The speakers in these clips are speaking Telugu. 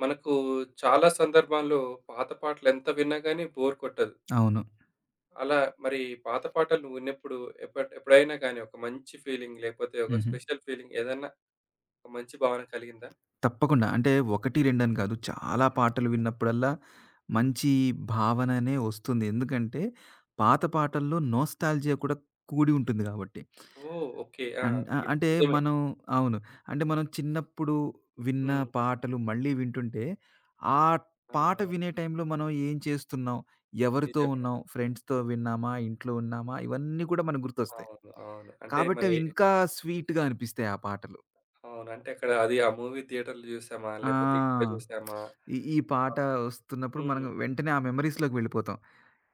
మనకు చాలా సందర్భాల్లో పాత పాటలు ఎంత విన్నా గానీ బోర్ కొట్టదు. అవును. అలా మరి పాత పాటలు నువ్వు విన్నప్పుడు ఎప్పుడైనా గానీ ఒక మంచి ఫీలింగ్ లేకపోతే ఒక హుహు. స్పెషల్ ఫీలింగ్ ఏదన్నా ఒక మంచి భావన కలిగిందా? తప్పకుండా. అంటే 1, 2 అని కాదు. చాలా పాటలు విన్నప్పుడల్లా మంచి భావననే వస్తుంది. ఎందుకంటే పాత పాటల్లో నోస్టాల్జియా కూడా కూడి ఉంటుంది కాబట్టి. ఓహ్! ఓకే. ఆ! గుడ్. అంటే నిజమే. మనం అవును. అంటే మనం చిన్నప్పుడు విన్న హ్మ్. పాటలు మళ్ళీ వింటుంటే, ఆ ఆ! పాట వినే టైంలో మనం ఏం చేస్తున్నాం? ఎవరితో నిజమే. ఉన్నాం? ఫ్రెండ్స్‌తో విన్నామా? ఇంట్లో ఉన్నామా? ఇవన్నీ కూడా మనకు గుర్తొస్తాయి. అవును. అవును. అంటే కాబట్టి మరి అవి ఇంకా స్వీట్‌గా అనిపిస్తాయి ఆ పాటలు. అవును. అంటే అక్కడ అది ఆ మూవీ థియేటర్‌లో చూసామా? లేకపోతే ఇంట్లో ఆ! చూసామా? ఈ ఈ ఆ! పాట వస్తున్నప్పుడు మనం హ్మ్. వెంటనే ఆ మెమోరీస్‌లోకి వెళ్ళిపోతాం.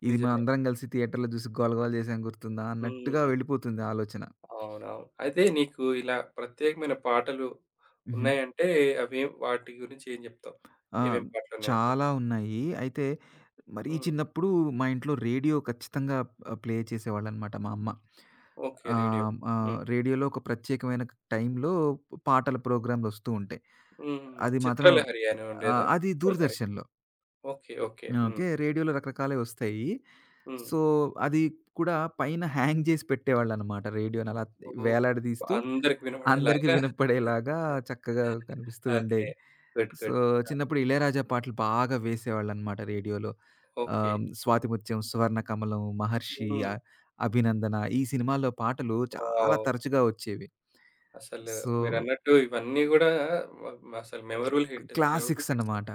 ఇది నిజమే. మనందరం కలిసి థియేటర్‌లో చూసి గోల గోల చేసాం గుర్తుందా అన్నట్టుగా హ్మ్. వెళ్ళిపోతుంది ఆలోచన. అవునవును. అయితే నీకు ఇలా ప్రత్యేకమైన పాటలు హుహు. ఉన్నాయంటే అవేం వాటి గురించి ఏం జెప్తావు? ఆ! ఏమేం పాటలున్నాయంటే? చాలా ఉన్నాయి. అయితే మరీ హ్మ్. చిన్నప్పుడు మా ఇంట్లో రేడియో ఖచ్చితంగా ప్లే చేసేవాళ్ళనమాట మా అమ్మ. ఓకే. రేడియో. ఆహ్, ఆహ్, హ్మ్. రేడియోలో ఒక ప్రత్యేకమైన టైంలో పాటల ప్రోగ్రామ్‌లొస్తూ ఉంటాయి. హ్మ్. అది మాత్రం 'చిత్రలహరి' అని ఉండేదా? అది 'చిత్రలహరి'. దూరదర్శన్‌లో. ఓకే. ఓకే. హ్మ్. ఓకే. రేడియోలో రకరకాలవి వస్తాయి. హ్మ్. సో, అది కూడా పైన హ్యాంగ్ జేసి పెట్టేవాళ్ళనమాట. రేడియోనలా ఓకే. వేలాడదీస్తూ అందరికి అందరికి వినబడేలాగా వినపడేలాగా చక్కగా కనిపిస్తూ ఓకే. ఉండేది. గుడ్. So, good. చిన్నప్పుడు ఇళయరాజా పాటలు బాగా వేసేవాళ్ళనమాట రేడియోలో. ఓకే. 'స్వాతిముత్యం', 'సువర్ణకమలం', 'మహర్షి', హ్మ్. 'అభినందన' ఈ సినిమాల్లో పాటలు చాలా వావ్! తరచుగా వచ్చేవి. అసలు సో, మీరన్నట్టు ఇవన్నీ గూడా వ అసలు memorable hits. Memorable classics hits. అనమాట.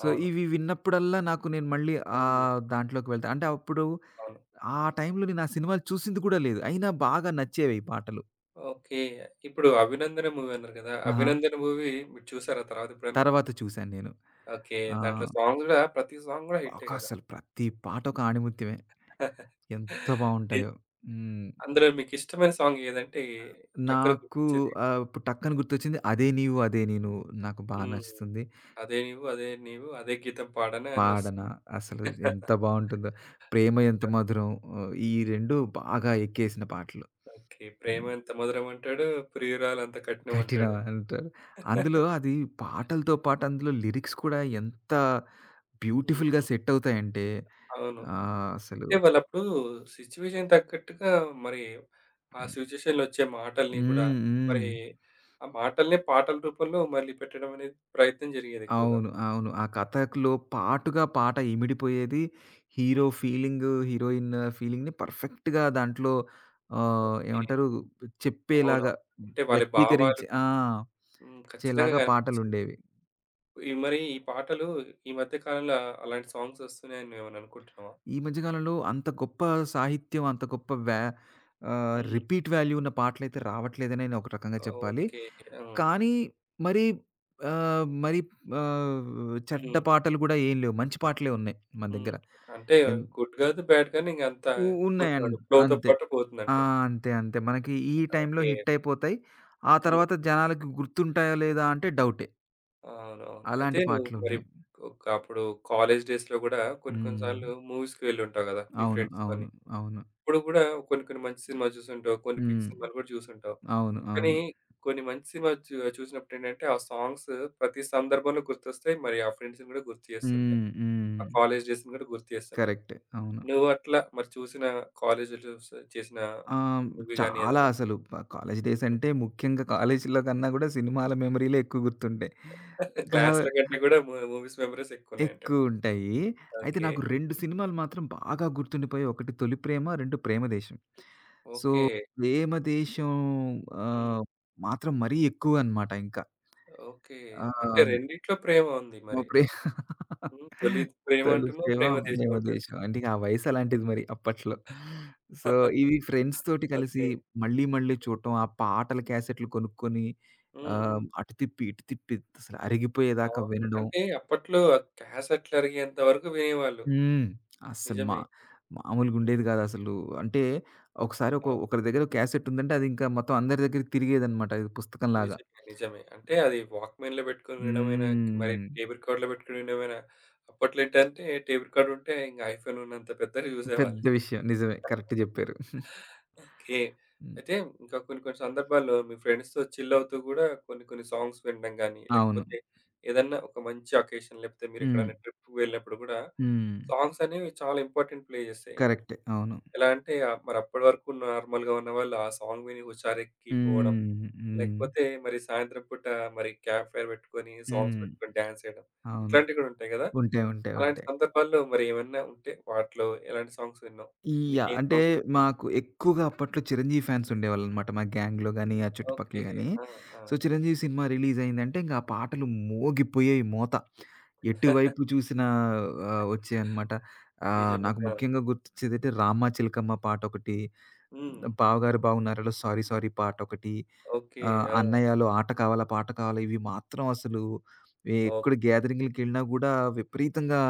సో, అవును. ఇవి విన్నప్పుడల్లా నాకు నేను మళ్ళీ హ్మ్. దాంట్లోకి వెళ్తా. అంటే అప్పుడు అవును. ఆ టైంలో నేను ఆ సినిమాలు చూసింది కూడా లేదు. అయినా బాగా నచ్చేవి ఈ పాటలు. ఓకే. ఇప్పుడు 'అభినందన' మూవీ అన్నారు కదా! ఆహా! 'అభినందన' మూవీ మీరు చూసారా తర్వాత ఎప్పుడైనా? తర్వాత చూసాను నేను. ఓకే. దాంట్లో ఆహ్, సాంగ్స్ గూడా ప్రతి సాంగ్ గూడా ఒక హిట్టే కదా! అసలు ప్రతి పాట ఒక ఆణిముత్యమే. ఎంత ఎ బావుంటాయో. హ్మ్. అందులో మీకిష్టమైన సాంగ్ ఏదంటే టక్కున నాకు గుర్తొచ్చేది? ఇప్పుడు టక్కని గుర్తొచ్చింది 'అదే నీవు అదే నేను' నాకు బా హ్మ్. నచ్చుతుంది. అదే నీవు, అదే నీవు, అదే గీతం పాడనా అని వస్తుంది. పాడన అసలు ఎంత బావుంటుందో. 'ప్రేమ ఎంత మధురం' ఈ 2 బాగా ఎక్కేసిన పాటలు. ఓకే. ప్రేమంత మధురమంటాడు, ప్రియురాలంత కఠినం కఠినమంటాడు. అంటారు. అందులో అది పాటలతో పాటు అందులో లిరిక్స్ కూడా ఎంత హ్మ్. బ్యూటిఫుల్‌గా సెట్ అవుతాయంటే అవును. అసలు అంటే వాళ్ళప్పుడు సిచ్యువేషన్ తగ్గట్టుగా మరి ఆ హ్మ్. సిచ్యువేషన్‌లో వచ్చే మాటల్ని కూడా, మరి హ్మ్. ఆ మాటల్ని పాటల రూపంలో మళ్ళీ పెట్టడం అనేది ప్రయత్నం జరిగేది ఎక్కువగా. అవును. అవును. ఆ కథలో పాటుగా పాట ఇమిడిపోయేది. హీరో హ్మ్. ఫీలింగు, హీరోయిన్ ఫీలింగ్‌ని పర్ఫెక్ట్‌గా దాంట్లో ఓకే. ఏమంటారు అవునవును. చెప్పేలాగా అంటే వాళ్ళ భావాలు వ్యక్తీకరించి ఆ! హ్మ్. ఖచ్చితంగా చేలాగా కనిపించేవి. పాటలుండేవి. ఈ మరి ఈ పాటలు ఈ మధ్య కాలంలో అలాంటి సాంగ్స్ వస్తున్నాయని నువ్వేమైనా అనుకుంటున్నావా? ఈ మధ్య కాలంలో అంత గొప్ప సాహిత్యం, అంత గొప్ప హ్మ్. రిపీట్ వాల్యూ ఉన్న పాటలైతే రావట్లేదనే నేను ఒక రకంగా చెప్పాలి. ఓకే. ఆ! కానీ మరి మరి చెడ్డ హ్మ్. పాటలు గూడా ఏం లేవు. మంచి పాటలే ఉన్నాయి మన హ్మ్. దగ్గర. అంటే ఎన్ గుడ్ కాదు, బ్యాడ్ కానీ ఇంక అంత ఉ ఉన్నాయన్ పోతున్నాడు. ఫ్లోతో అంతే. పాటు ఆ! పోతుందంటావు. అంతే. అంతే. మనకి ఈ టైంలో ఓకే. హిట్ అయిపోతాయి. ఆ హ్మ్. తర్వాత జనాలకి గుర్తుంటాయా లేదా అంటే డౌటే. అవునవును. అయితే అలాంటి నువ్వు మరి పాటలున్నాయి. ఒక అప్పుడు కాలేజ్ డేస్‌లో గూడా కొన్ని కొన్ని హ్మ్. సార్లు మూవీస్‌కి వెళ్ళుంటావు గదా! మీ అవును. అవును. ఫ్రెండ్స్‌తోని. అవును. అప్పుడు గూడా కొన్ని కొన్ని మంచి సినిమాలు చూసుంటావు. కొన్ని పిచ్చి హ్మ్. సినిమాలు గూడా చూసుంటావు. అవును. కానీ అవును. కొన్ని మంచి సినిమాలు చూసినప్పుడేంటంటే ఆ సాంగ్స్ ప్రతి సందర్భంలో గుర్తొస్తాయి. మరి ఆ ఫ్రెండ్స్‌ని గూడా గుర్తు చేస్తుంటాయి. హ్మ్. ఆ హ్మ్. కాలేజ్ డేస్‌ని గూడా గుర్తు చేస్తుంటాయి. కరెక్టే. అవును. నువ్వు అట్లా మరి చూసిన కాలేజ్‌లో చూసి చేసిన ఆహ్, మూవీ గాని చాలా ఏదన్నా అసలు కాలేజ్ డేస్ అంటే ముఖ్యంగా కాలేజీలో కన్నా గూడా సినిమాల మెమరీలే ఎక్కువ గుర్తుంటాయి. కా క్లాస్‌ల కంటే గూడా మూవీస్ మెమోరీస్ ఎక్కువున్నాయంటావు. ఎక్కువుంటాయి. అయితే ఓకే. నాకు 2 సినిమాలు మాత్రం బాగా గుర్తుండిపోయాయి. ఒకటి 'తొలి ప్రేమ', 2 ప్రేమ దేశం. So, okay. 'ప్రేమ దేశం' హ్మ్. ఆహ్, మాత్రం మరీ ఎక్కువనమాట ఇంకా. ఓకే. అంటే ఆహ్, రెండిట్లో ప్రేమ ఉంది మరి. ప్రే హ్మ్. తొలి ప్రేమ అంటున్నావు, తెలుసేమో ప్రేమ దేశం మేము ఉద్దేశం. అంటున్నావు. అంటే ఇక ఆ వయసు అలాంటిది మరి అప్పట్లో. సో, ఇవి ఫ్రెండ్స్‌తోటి కలిసి ఓకే. మళ్ళీ మళ్ళీ చూడటం, ఆ పాటల క్యాసెట్లు కొనుక్కొని హ్మ్. అటు తిప్పి, ఇటు తిప్పి అసలు అరిగిపోయేదాకా అవును. వినడం. అంటే అప్పట్లో క్యాసెట్లు అరిగేంత వరకు వినేవాళ్ళు. హ్మ్. అస్సలు మా నిజమే. మామూలుగా ఉండేది హ్మ్. కాదసలు. అంటే ఒకసారి ఒక అవును. ఒకరి దగ్గర క్యాసెట్ ఉందంటే అది ఇంకా మొత్తం అందరి దగ్గరికి తిరిగేదనమాట. ఇది పుస్తకంలాగా. నిజమే. నిజమే. అంటే అది వాక్‌మెన్‌లో పెట్టుకొని వినడమేనా, మరి హ్మ్. టేప్ రికార్డర్‌లో పెట్టుకొని వినడమేనా? అప్పట్లో ఏంటంటే టేప్ రికార్డర్ ఉంటే ఇంక ఐఫోన్ ఉన్నంత పెద్దగా చూసేవాళ్ళు. పెద్ద విషయం. నిజమే. కరెక్ట్ చెప్పారు. ఓకే. హ్మ్. అయితే ఇంకా కొన్ని కొన్ని సందర్భాల్లో మీ ఫ్రెండ్స్‌తో చిల్ అవుతూ గూడా కొన్ని కొన్ని సాంగ్స్ వినడం గాని, అవును. లేకపోతే ఏదన్నా ఒక మంచి అకేషన్ లేకపోతే హ్మ్. మీరెక్కడైనా ట్రిప్‌కి వెళ్ళినప్పుడు గూడా హ్మ్. సాంగ్స్ అనేవి చాలా ఇంపార్టెంట్ ప్లే జేస్తాయి. ఎన్ కరెక్టే. అవును. ఎలా అంటే ఆహ్, మరి అప్పటి వరకు నార్మల్‌గా ఉన్నవాళ్ళు ఆ సాంగ్ విని హుషారెక్కిపోవడం, హ్మ్. హ్మ్. లేకపోతే మరి సాయంత్రం పూట మరి క్యాంప్ ఫైర్ పెట్టుకొని సాంగ్స్ హ్మ్. పెట్టుకొని డాన్స్ చేయడం అవును. ఇట్లాంటివి గూడా ఉంటాయి గదా! ఉంటాయి. ఉంటాయి. అలాంటి ఉంటాయి. సందర్భాల్లో మరి ఏమన్నా ఉంటే వాటిలో ఎలాంటి సాంగ్స్ విన్నావు? ఈ యాహ్! నీకేం అంటే సాంగ్స్ గుర్ మాకు ఎక్కువగా అప్పట్లో 'చిరంజీవి' ఫ్యాన్స్ ఉండేవాళ్ళనమాట. మా గ్యాంగ్‌లో గాని, ఆ చుట్టుపక్కల ఓకే. గాని. ఆ! ఆ! సో, 'చిరంజీవి' సినిమా రిలీజ్ అయిందంటే ఇంక ఆ పాటలు మోగిపోయాయి మోత. ఎటువైపు చూసినా వచ్చాయన్నమాట. నిజమే. నాకు ఆ! ముఖ్యంగా గుర్తొచ్చేదైతే 'రామా చిలకమ్మ' పాటొకటి, హ్మ్. 'బావగారు బాగున్నారా'లో 'సారీ సారీ' పాటొకటి. ఓకే. ఆ! అన్నయ్యలు ఆట కావాలా, పాట కావాలా ఇవి మాత్రం అసలు ఎక్కడ ఓకే. గ్యాదరింగ్‌లకెళ్ళినా గూడా విపరీతంగా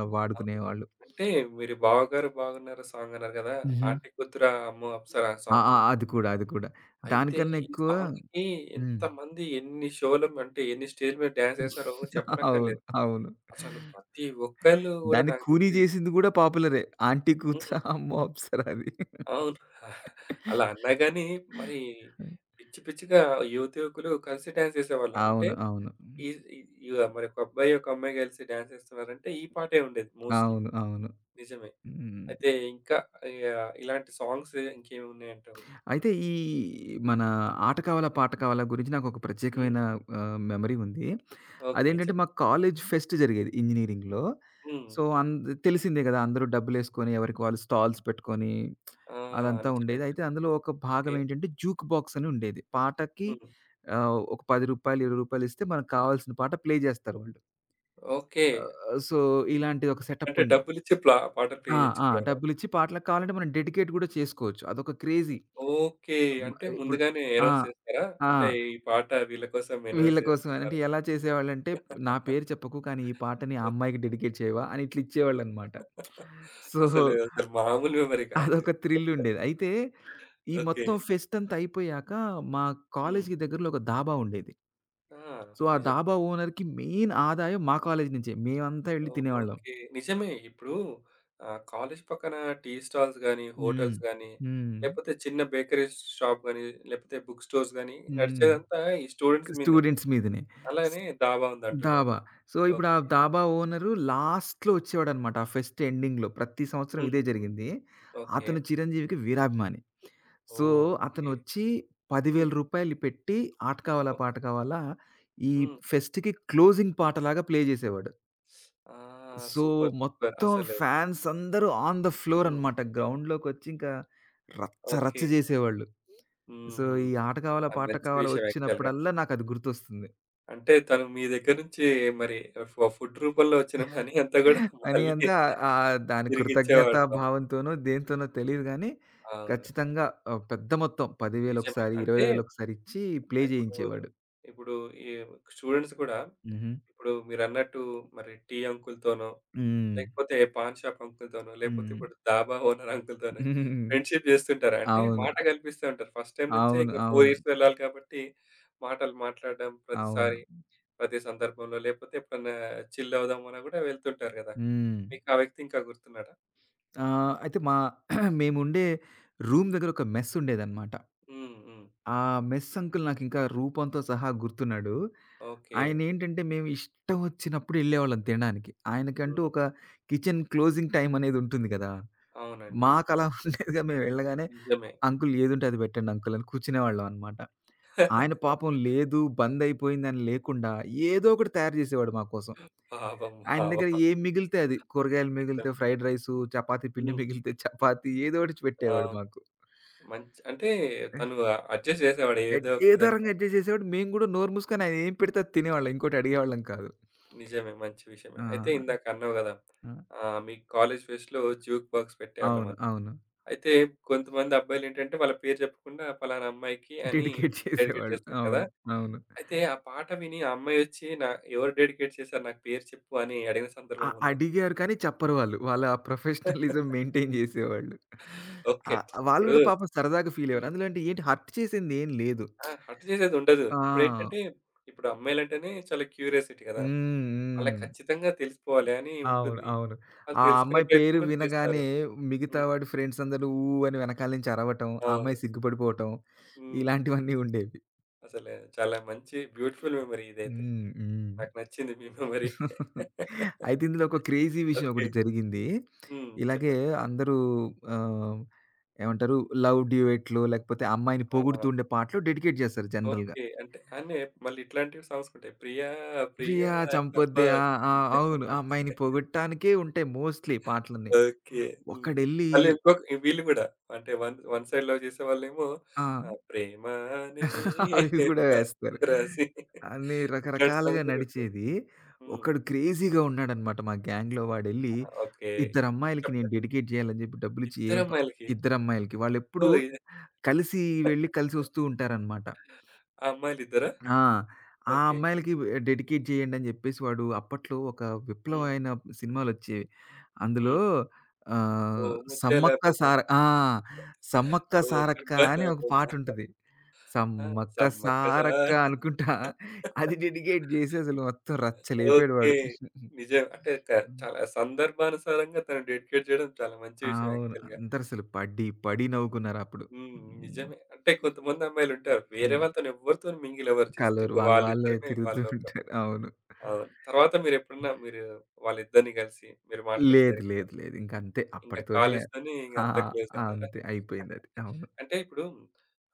అవును. వాడుకునేవాళ్ళు. అంటే మీరు 'బావగారు బాగున్నారా' సాంగ్ అన్నారు కదా! హుహు. 'ఆంటీ కొద్దురా అమ్మో అప్సరా' ఆ! ఆ! సాంగ్. అది కూడా, అది కూడా. అయితే దానికన్నా ఈ ఎక్కువ సాంగ్‌కి హ్మ్. ఎంతమంది ఎన్ని షోలు అంటే ఎన్ని స్టేజ్ మీద డాన్స్ చేసారో అవును. చెప్పనక్కర్లేదు. అవును. అసలు ప్రతి ఒక్కళ్ళు కూడా దాన్ని నాకు కూనీ తెలిసి చేసింది గూడా పాపులరే. ఆంటీ హ్మ్. కూతురా అమ్మో అప్సరా అది. అవును. అలా అన్నా గాని మరి పిచ్చి పిచ్చిగా యువతి యువకులు కలిసి డాన్స్ చేసేవాళ్ళు. అంటే అవును. అవును. ఈ ఈ ఇగ మరి ఒక అబ్బాయి, ఒక అమ్మాయి కలిసి డాన్స్ చేస్తున్నారంటే ఈ పాటే ఉండేది మోస్ట్‌లీ. అవును. అవును. నిజమే. హ్మ్. అయితే ఇంకా ఇగ ఇలాంటి సాంగ్స్ ఇంకేమి ఉన్నాయంటావు? అయితే ఈ మన ఆట కావాలా, పాట కావాలా గురించి నాకొక ప్రత్యేకమైన హ్మ్. మెమరీ ఉంది. ఓకే. అదేంటంటే చెప్పు. మా కాలేజ్ ఫెస్ట్ జరిగేది ఇంజినీరింగ్‌లో. హ్మ్. సో, తెలిసిందే కదా! అందరూ డబ్బులేసుకొని ఎవరికి వాళ్ళు స్టాల్స్ పెట్టుకొని ఆ! అదంతా నిజమే. ఉండేది. అయితే నిజమే. అందులో ఒక భాగం ఓకే. ఏంటంటే జూక్ బాక్స్ అని ఉండేది. పాటకి హ్మ్. ఒక రూ. 10, రూ. 20 ఇస్తే మనకు కావాల్సిన పాట ప్లే జేస్తారు వాళ్ళు. ఓకే. సో, ఇలాంటిది ఒక సెటప్ అంటే ఉం డబ్బులిచ్చి పాటలు ప్లే ఆ! ఆ! చేయించుకునేవారా? డబ్బులిచ్చి పాటలకు కావాలంటే మనం డెడికేట్ గూడా చేసుకోవచ్చు. అదొక క్రేజీ. ఓకే. హ్మ్. అంటే ఇప్పుడు ముందుగానే ఆ! అనౌన్స్ చేస్తారా? ఆ! అంటే ఈ పాట వీళ్ళ కోసం వీళ్ళ అనౌన్స్ కోసం అంటే చేస్తున్నారు. ఎలా చేసేవాళ్ళంటే నా పేరు చెప్పకు కానీ ఈ పాటని ఆ ఓకే. అమ్మాయికి డెడికేట్ చేయవా అని ఇట్లా ఇచ్చేవాళ్ళనమాట. సో, అసలు అసలు మామూలుగా మరి కాదు. అదొక థ్రిల్ ఉండేది. అయితే ఈ ఓకే. మొత్తం ఫెస్ట్ అంతా అయిపోయాక మా హ్మ్. కాలేజ్‌కి దగ్గరలో ఒక డాబా ఉండేది. ఆ! సో, ఆ నిజమే. డాబా ఓనర్‌కి మెయిన్ ఆదాయం మా కాలేజ్ నుంచే. మేమంతా వెళ్లి తినేవాళ్ళం. ఓకే. నిజమే. ఇప్పుడు ఆహ్, కాలేజ్ పక్కన టీ స్టాల్స్ గాని, హ్మ్. హోటల్స్ గాని, హ్మ్. లేపోతే చిన్న బేకరీ షాప్ గాని, లేపోతే బుక్ స్టోర్స్ గాని హ్మ్. నడిచేదంతా ఈ స్టూడెంట్స్ మీదనే. స్టూడెంట్స్ మీదనే. స్ అలానే దాబా ఉందంటున్నావు దాబా. నువ్వు. సో, ఓహ్! ఇప్పుడు ఆ దాబా ఓనరు లాస్ట్‌లో వచ్చేవాడనమాట. ఆ ఫెస్ట్ ఎండింగ్‌లో ప్రతి సంవత్సరం హ్మ్. ఇదే జరిగింది. ఓకే. అతను చిరంజీవికి వీరాభిమాని. ఓ, సో, ఓకే. అతనొచ్చి రూ. హ్మ్. 10,000 పెట్టి ఆట కావాలా ఓహ్! పాట కావాలా ఈ హ్మ్. ఫెస్ట్‌కి క్లోజింగ్ పాటలాగా ప్లే చేసేవాడు. ఆ! So, super. సూపర్. మొత్తం అసలు ఫ్యాన్స్ అందరూ ఆన్ ద ఫ్లోర్ హ్మ్. అనమాట. గ్రౌండ్‌లోకొచ్చి ఇంకా రచ్చ రచ్చ ఓకే. చేసేవాళ్ళు. సో, హుహు. ఈ ఆట కావాలా అది పాట మంచి కావాలా విషయం యాక్చువల్‌గా. వచ్చినప్పుడల్లా నాకది గుర్తొస్తుంది. అంటే తను మీ దగ్గర నుంచి మరి ఫుడ్ రూపంలో వచ్చిన మనీ అంతా గూడా అని మళ్ళీ అంతా దాని కృతజ్ఞత తిరిగిచ్చేవాడు పాపం. భావంతోనో, దేనితోనో తెలీదు గానీ, అవును. ఖచ్చితంగా పెద్ద మొత్తం 10,000 నిజమే. ఒకసారి, అంటే 20,000 ఒకసారి ఇచ్చి ప్లే ఇప్పుడు, చేయించేవాడు. ఇప్పుడు ఈ స్టూడెంట్స్ కూడా హుహు. ఇప్పుడు మీరన్నట్టు మరి టీ అంకుల్‌తోనో, హ్మ్. లేకపోతే పాన్ షాప్ అంకుల్‌తోనో, లేకపోతే హ్మ్. ఇప్పుడు డాబా ఓనర్ అంకుల్‌తోనో ఫ్రెండ్‌షిప్ జేస్తుంటారు. అంటే అవును. మాట కల్పిస్తూ ఉంటారు. ఫస్ట్ టైమ్ నుంచే అవును. ఇంక 4 అవును. ఇయర్స్ వెళ్ళాలి కాబట్టి మాటలు మాట్లాడడం అవును. ప్రతిసారి, ప్రతి సందర్భంలో లేకపోతే ఎప్పుడన్నా చిల్ అవుదాం అన్నా గూడా వెళ్తుంటారు గదా! హ్మ్. మీకు ఆ వ్యక్తి ఇంకా గుర్తున్నాడా? అయితే మా మేముండే రూమ్ దగ్గర ఒక మెస్ ఉండేదన్నమాట. హ్మ్. హ్మ్. ఆ మెస్ అంకుల్ నాకింకా రూపంతో సహా గుర్తున్నాడు. ఓకే. ఆయనేంటంటే మేము ఇష్టం వచ్చినప్పుడు ఎళ్ళేవాళ్ళం తినడానికి. ఆయనకంటూ హ్మ్. ఒక కిచెన్ క్లోజింగ్ టైమ్ అనేదుంటుంది గదా! అవునండి. మాకలా ఉండేదిగా మేము వెళ్ళగానే నిజమే. అంకుల్ ఏదుంటే అది పెట్టండి అంకుల్ అని కూర్చునేవాళ్ళం అనమాట. ఆయన పాపం లేదు బందయిపోయిందని లేకుండా ఏదో ఒకటి తయారు జేసేవాడు మా కోసం. పాపం. ఆయన దగ్గర పాపం. ఏం మిగిలితే అది కూరగాయలు మిగిలితే ఫ్రైడ్ రైసు, చపాతీ పిండి హ్మ్. మిగిలితే చపాతీ ఏదో ఒకటి పెట్టేవాడు అవును. మాకు. మంచి అంటే తను అడ్జస్ట్ చేసేవాడు ఏదో ఒక ఏదో విధంగా. రకంగా అడ్జస్ట్ చేసేవాడు. మేము గూడా నోరు మూసుకొని ఆయనేం పెడితే అది తినేవాళ్ళం. ఇంకోటి అడిగేవాళ్ళం కాదు. నిజమే. మంచి విషయమే. ఆ! అయితే ఇందాక అన్నావు గదా! ఆ! ఆహ్, మీ కాలేజ్ ఫెస్ట్‌లో జ్యూక్ బాక్స్ అవును. పెట్టేవాళ్ళమని. అవును. అయితే కొంతమంది అబ్బాయిలేంటంటే వాళ్ళ పేరు చెప్పకుండా పలానా అమ్మాయికి అని డెడికేట్ డెడికేట్ చేసేవాళ్ళు. చేస్తారు కదా! అవును. అవును. అయితే ఆ పాట విని ఆ అమ్మాయి వచ్చి నా ఎవరు డెడికేట్ చేశారు నాకు పేరు చెప్పు అని అడిగిన సందర్భం ఉందా? అడిగారు కానీ చెప్పరు వాళ్ళు. వాళ్ళ ఆ ప్రొఫెషనలిజం మెయింటైన్ జేసేవాళ్ళు. ఓకే. వాళ్ళు ఇప్పుడు గూడా పాపం సరదాగా ఫీలయ్యేవారు. అందులో అంటే ఏంటి హర్ట్ చేసిందేం లేదు. ఆ! హర్ట్ చేసేదుండదు. ఆ! ఇప్పుడేంటంటే, ఇప్పుడు అమ్మాయిలంటేనే చాలా క్యూరియాసిటీ కదా! హ్మ్. వాళ్ళకి హ్మ్. ఖచ్చితంగా తెలుసుకోవాలి అని అవును. ఉంటుంది. అవును. వాళ్ళు ఆ తెలుసుకునే అమ్మాయి పేరు ప్రయత్నం కూడా చేస్తారు. వినగానే మిగతా హ్మ్. వాడి ఫ్రెండ్స్ అందరూ ఊ అని వెనకాల నుంచి అరవటం, ఆ అవును. అమ్మాయి సిగ్గుపడిపోవటం హ్మ్. ఇలాంటివన్నీ ఉండేవి. అసలు చాలా మంచి బ్యూటిఫుల్ మెమరీ ఇదైతే. హ్మ్. హ్మ్. నాకు నచ్చింది మీ మెమరీ. అయితే ఇందులో ఒక క్రేజీ విషయం ఓకే. ఒకటి జరిగింది. హ్మ్. ఇలాగే చెప్పండి. అందరూ ఆహ్, ఏమంటారు లవ్ డ్యూయెట్లు లేకపోతే అమ్మాయిని ఆ! పొగుడుతుండే పాటలు డెడికేట్ చేస్తారు జనరల్‌గా. ఓకే. అంటే అనే మళ్ళీ ఇట్లాంటివి సాంగ్స్ ఉంటాయి. ప్రియా ప్రియా 'ప్రియా చంపొద్దే' చెప్పద్ ఆ! ఆ! అవును. ఆ అమ్మాయిని పొగడటానికే ఉంటాయి మోస్ట్‌లీ పాటలన్నీ. ఓకే. హ్మ్. ఒకడెళ్ళి మళ్ళీ ఇంకొక వీళ్ళు గూడా అంటే వన్ వన్ సైడ్ లవ్ చేసేవాళ్ళేమో ఆ! ఆహ్, ప్రేమ అనే అవి గూడా వేస్తారు. పత్రసి అన్ని ఇట్లాంటి రకరకాలుగా సాంగ్స్ గూడా ఉంటాయి. నడిచేది. హ్మ్. ఒకడు క్రేజీగా ఉన్నాడనమాట మా గ్యాంగ్‌లో వాడెళ్ళి, ఆ! ఓకే. ఇద్దరమ్మాయిలకి నేను చెప్పండి. డెడికేట్ జేయాలని జెప్పి డబ్బులిచ్చి ఏం ప ఇద్దరమ్మాయిలకి. ఇద్దరమ్మాయిలకి. వాళ్ళెప్పుడూ ఓహ్! ఇది కలిసి వెళ్లి, కలిసి వస్తూ ఉంటారనమాట. ఆ అమ్మాయిలిద్దరా? ఆ! ఆ ఓకే. అమ్మాయిలకి డెడికేట్ జేయండని జెప్పేసి వాడు అప్పట్లో ఒక హ్మ్. విప్లవమైన సినిమాలొచ్చేవి. అందులో హ్మ్. ఓ ఆహ్, ముత్యాల సమ్మక్క బొమ్మ, సార ఆ! సమ్మక్క ఓ సారక్క ముత్యాల అని ఒక బొమ్మ, పాటుంటది. ఆ! సమ్మక్క సమ్మక్క సారక్క సారక్క అనుకుంటా అది డెడికేట్ జేసి అసలు మొత్తం రచ్చ లేపాడు ఓకే. వాడు. నిజం. అంటే క హ్మ్. చాలా సందర్భానుసారంగా తను డెడికేట్ చేయడం చాలా మంచి విషయం అవును. యాక్చువల్‌గా. అందరసలు పడి, పడి నవ్వుకున్నారప్పుడు. హ్మ్. హ్మ్. నిజమే. అంటే కొంతమంది అమ్మాయిలుంటారు. వేరే హ్మ్. వాళ్ళతోని ఎవరితోని మింగిలవ్వరు. జస్ట్ కలవరు. ఇంక వాళ్ళు వాళ్ళే వాళ్ళిద్దరమే తిరుగుతూ వాళ్ళొక ఉంటారు. అవును. అవును. తర్వాత మీరెప్పుడన్నా మీరు వాళ్ళిద్దరిని కలిసి మీరు మాట్లాడడం లేదు. జరిగిందా? లేదు. లేదు. ఇంకంతే ఇంకా అప్పటితోనే కాలేజ్‌తోని ఇంక ఆ! అంతా క్లోజ్ ఆ! అంటారా? అంతే అయిపోయిందది. అవును. అంటే ఇప్పుడు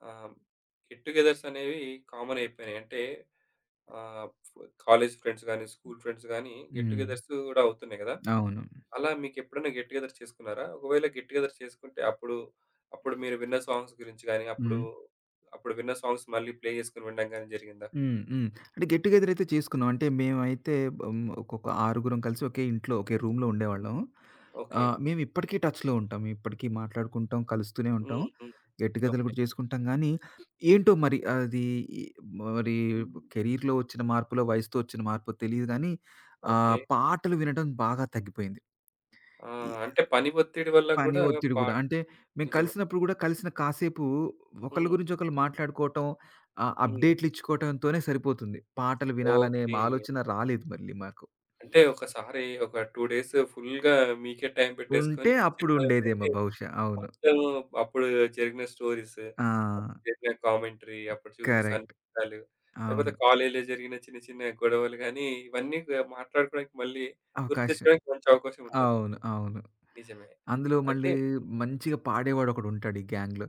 ఆహ్, గెట్ టుగెదర్స్ అనేవి కామన్ అయిపోయినాయి. అంటే ఆహ్, కాలేజ్ ఫ్రెండ్స్ గాని, స్కూల్ ఫ్రెండ్స్ గాని గెట్ హ్మ్. టుగెదర్స్ గూడా అవుతున్నాయి గదా! అవును. అలా మీకెప్పుడైనా గెట్ టుగెదర్ చేసుకున్నారా? ఒకవేళ గెట్ టుగెదర్ చేసుకుంటే అప్పుడు, అప్పుడు మీరు విన్న సాంగ్స్ గురించి గాని, అప్పుడు, హ్మ్. అప్పుడు విన్న సాంగ్స్ మళ్ళీ ప్లే చేసుకొని వినడం గాని జరిగిందా? హ్మ్. హ్మ్. అంటే గెట్ టుగెదర్ అయితే చేసుకున్నాం. అంటే మేమైతే హ్మ్. ఒక్కొక్క ఆరుగురం కలిసి ఒకే ఇంట్లో, ఒకే రూమ్‌లో ఉండేవాళ్ళం. ఓకే. మేము ఇప్పటికీ టచ్‌లో ఉంటాం. ఇప్పటికీ మాట్లాడుకుంటాం, కలుస్తూనే ఉంటాం. హ్మ్. హ్మ్. గెట్ టుగెదర్‌లు ఓకే. కూడా చేసుకుంటాం గానీ, ఏంటో మరి అది ఈ మరి హ్మ్. కెరీర్‌లో వచ్చిన మార్పులో, వయసుతో వచ్చిన మార్పో తెలీదు గానీ, ఓకే. పాటలు వినడం బాగా తగ్గిపోయింది. ఆ! అంటే పని ఒత్తిడి వల్ల పని గూడా ఒత్తిడి గూడా. పాట్ అంటే మేము నిజమే. కలిసినప్పుడు గూడా కలిసిన కాసేపు ఒకళ్ళ హ్మ్. గురించి ఒకళ్ళు మాట్లాడుకోవటం, హ్మ్. అప్డేట్‌లు ఇచ్చుకోవటంతోనే సరిపోతుంది. పాటలు వినాలనే ఓకే. మా ఆలోచన రాలేదు మళ్ళీ మాకు. అంటే ఒకసారి ఒక 2 డేస్ ఫుల్‌గా మీకే టైం ఉంటే పెట్టేసుకొని అప్పుడు చిల్ ఉండేదేమో అవుతే బహుశా. అవును. మొత్తం అప్పుడు జరిగిన స్టోరీస్ ఆ! జరిగిన కామెంటరీ, అప్పుడు చూసిన కరెక్ట్. సన్నివేశాలు, అవును. లేకపోతే కాలేజ్‌లో జరిగిన చిన్న చిన్న గొడవలు గానీ, ఇవన్నీ గ మాట్లాడుకోవడానికి మళ్ళీ అవకాశం. గుర్తించడానికి మంచి అవకాశం ఉంటది. అవును. అవును. నిజమే. అందులో అయితే మళ్ళీ హ్మ్. మంచిగా పాడేవాడొకడుంటాడు ఈ గ్యాంగ్‌లో.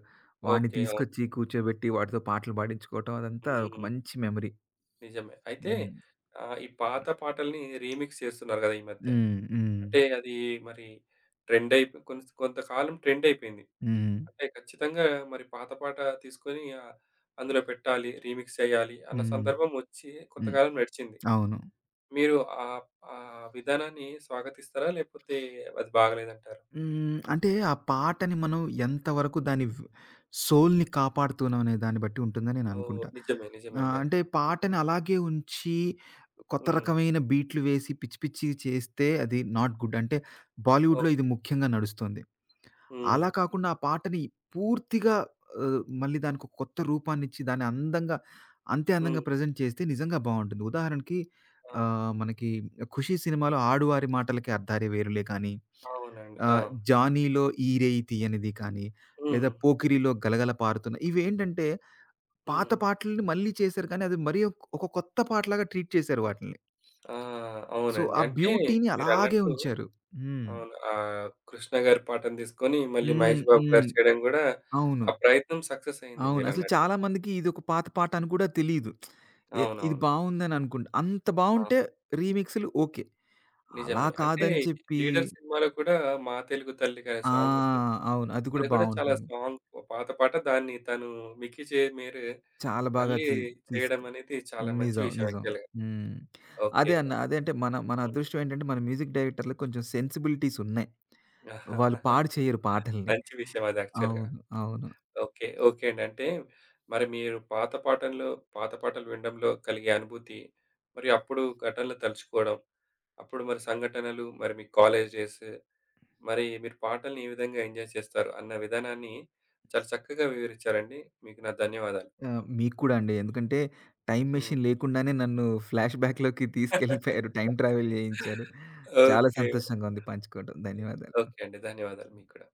వాడిని ఓకే. అవును. తీసుకొచ్చి కూర్చోబెట్టి వాడితో పాటలు పాడించుకోవటం అదంతా ఒక హ్మ్. మంచి మెమరీ. నిజమే. అయితే హ్మ్. ఆహ్, ఈ పాత పాటల్ని రీమిక్స్ చేస్తున్నారు గదా! ఈ మధ్య. హ్మ్. హ్మ్. అంటే అది మరి ట్రెండ్ అయిపో కొంత కొంతకాలం ట్రెండ్ అయిపోయింది. హ్మ్. అంటే ఖచ్చితంగా మరి పాత పాట తీసుకొని ఆహ్, అందులో పెట్టాలి, రీమిక్స్ చేయాలి అన్న హ్మ్. సందర్భం వచ్చి హ్మ్. కొంతకాలం నడిచింది. అవును. మీరు ఆ ఆ విధానాన్ని స్వాగతిస్తారా? లేపోతే అది బాగలేదంటారా? హ్మ్. అంటే ఆ పాటని మనం ఎంతవరకు దాని సోల్‌ని కాపాడుతున్నాం అనే దాన్ని బట్టి ఉంటుందని ఓహ్! నేననుకుంటా. నిజమే. నిజమేండి. అంటే పాటని అలాగే ఉంచి కొత్త హ్మ్. రకమైన బీట్లు వేసి పిచ్చి పిచ్చియి చేస్తే అది నాట్ గుడ్. అంటే బాలీవుడ్‌లో ఓకే. ఇది ముఖ్యంగా నడుస్తుంది. హ్మ్. అలా కాకుండా ఆ పాటని పూర్తిగా మళ్ళీ దానికొక కొత్త రూపాన్నిచ్చి దాన్ని అందంగా అంతే అందంగా హ్మ్. ప్రెజెంట్ చేస్తే నిజంగా బావుంటుంది. ఉదాహరణకి ఆ! మనకి 'ఖుషి' సినిమాలో 'ఆడువారి మాటలకే అర్థాలే వేరులే' కానీ, అవునండి. ఆ! ఆహ్, 'జానీలో ఈ రేయి తీయనిది' కానీ, లేదా హ్మ్. 'పోకిరిలో గలగల పారుతున్న' ఇవేంటంటే పాత హ్మ్. పాటలని మళ్ళీ చేశారు కానీ అది మరీ ఒక ఒక కొత్త పాటలాగా ట్రీట్ చేశారు వాటిల్ని. ఆ! సో, అవునండి. ఆ అంటే బ్యూటీని అలాగే మీరన్నట్టు ఉంచారు. హ్మ్. అవును. ఆహ్, 'కృష్ణ' గారి పాటను తీసుకొని మళ్ళీ హ్మ్. 'మహేష్ బాబు' గారు హ్మ్. చేయడం గూడా అవును. ఆ ప్రయత్నం సక్సెస్ అయింది అవును. అసలు మీరన్నట్టు. చాలా మందికి ఇదొక పాత పాట అని కూడా తెలీదు. ఇది అవునవును. బావుందని అనుకుంటా. అంత బావుంటే అవును. రీమిక్స్‌లు ఓకే. అలా నిజమే. అంటే కాదని చెప్పి 'లీడర్' సినిమాలో కూడా 'మా తెలుగు తల్లి' గారి ఆ! సాంగుంటుంది. అవును. అది కూడా అది గూడా చాలా బావుంటుంది. సాంగ్ పాత పాట. దాన్ని తను 'మిక్కీ జే మేరే' చాలా బాగా మళ్ళీ తీసుకు చేయడం అనేది చాలా మంచి నిజం. విషయం నిజం. యాక్చువల్‌గా. హ్మ్. ఓకే. అదే అన్న. అదే అంటే మన మన హ్మ్. అదృష్టం ఏంటంటే మన మ్యూజిక్ డైరెక్టర్‌లకి కొంచెం సెన్సిబిలిటీస్ ఉన్నాయి. వాళ్ళు పాడు చేయరు పాటల్ని. మంచి విషయం అది యాక్చువల్‌గా. అవును. అవును. ఓకే. ఓకే అండి. అంటే మరి మీరు పాత పాటల్లో పాత పాటలు వినడంలో కలిగే అనుభూతి, మరి అప్పుడు ఘటనలు తలుచుకోవడం, అప్పుడు మరి సంఘటనలు, మరి మీ కాలేజ్ డేస్, మరి మీరు పాటల్ని ఏ విధంగా ఎంజాయ్ చేస్తారు అన్న విధానాన్ని చాలా చక్కగా వివరించారండి. మీకు నా ధన్యవాదాలు. ఆ! మీకు కూడా అండి. ఎందుకంటే టైమ్ హ్మ్. మెషిన్ లేకుండానే నన్ను ఫ్లాష్ బ్యాక్‌లోకి తీసుకెళ్ళిపోయారు. టైమ్ ట్రావెల్ చేయించారు. చాలా ఓకే. సంతోషంగా ఉంది పంచుకోవడం. ధన్యవాదాలు. ఓకే అండి. ధన్యవాదాలు మీకు కూడా.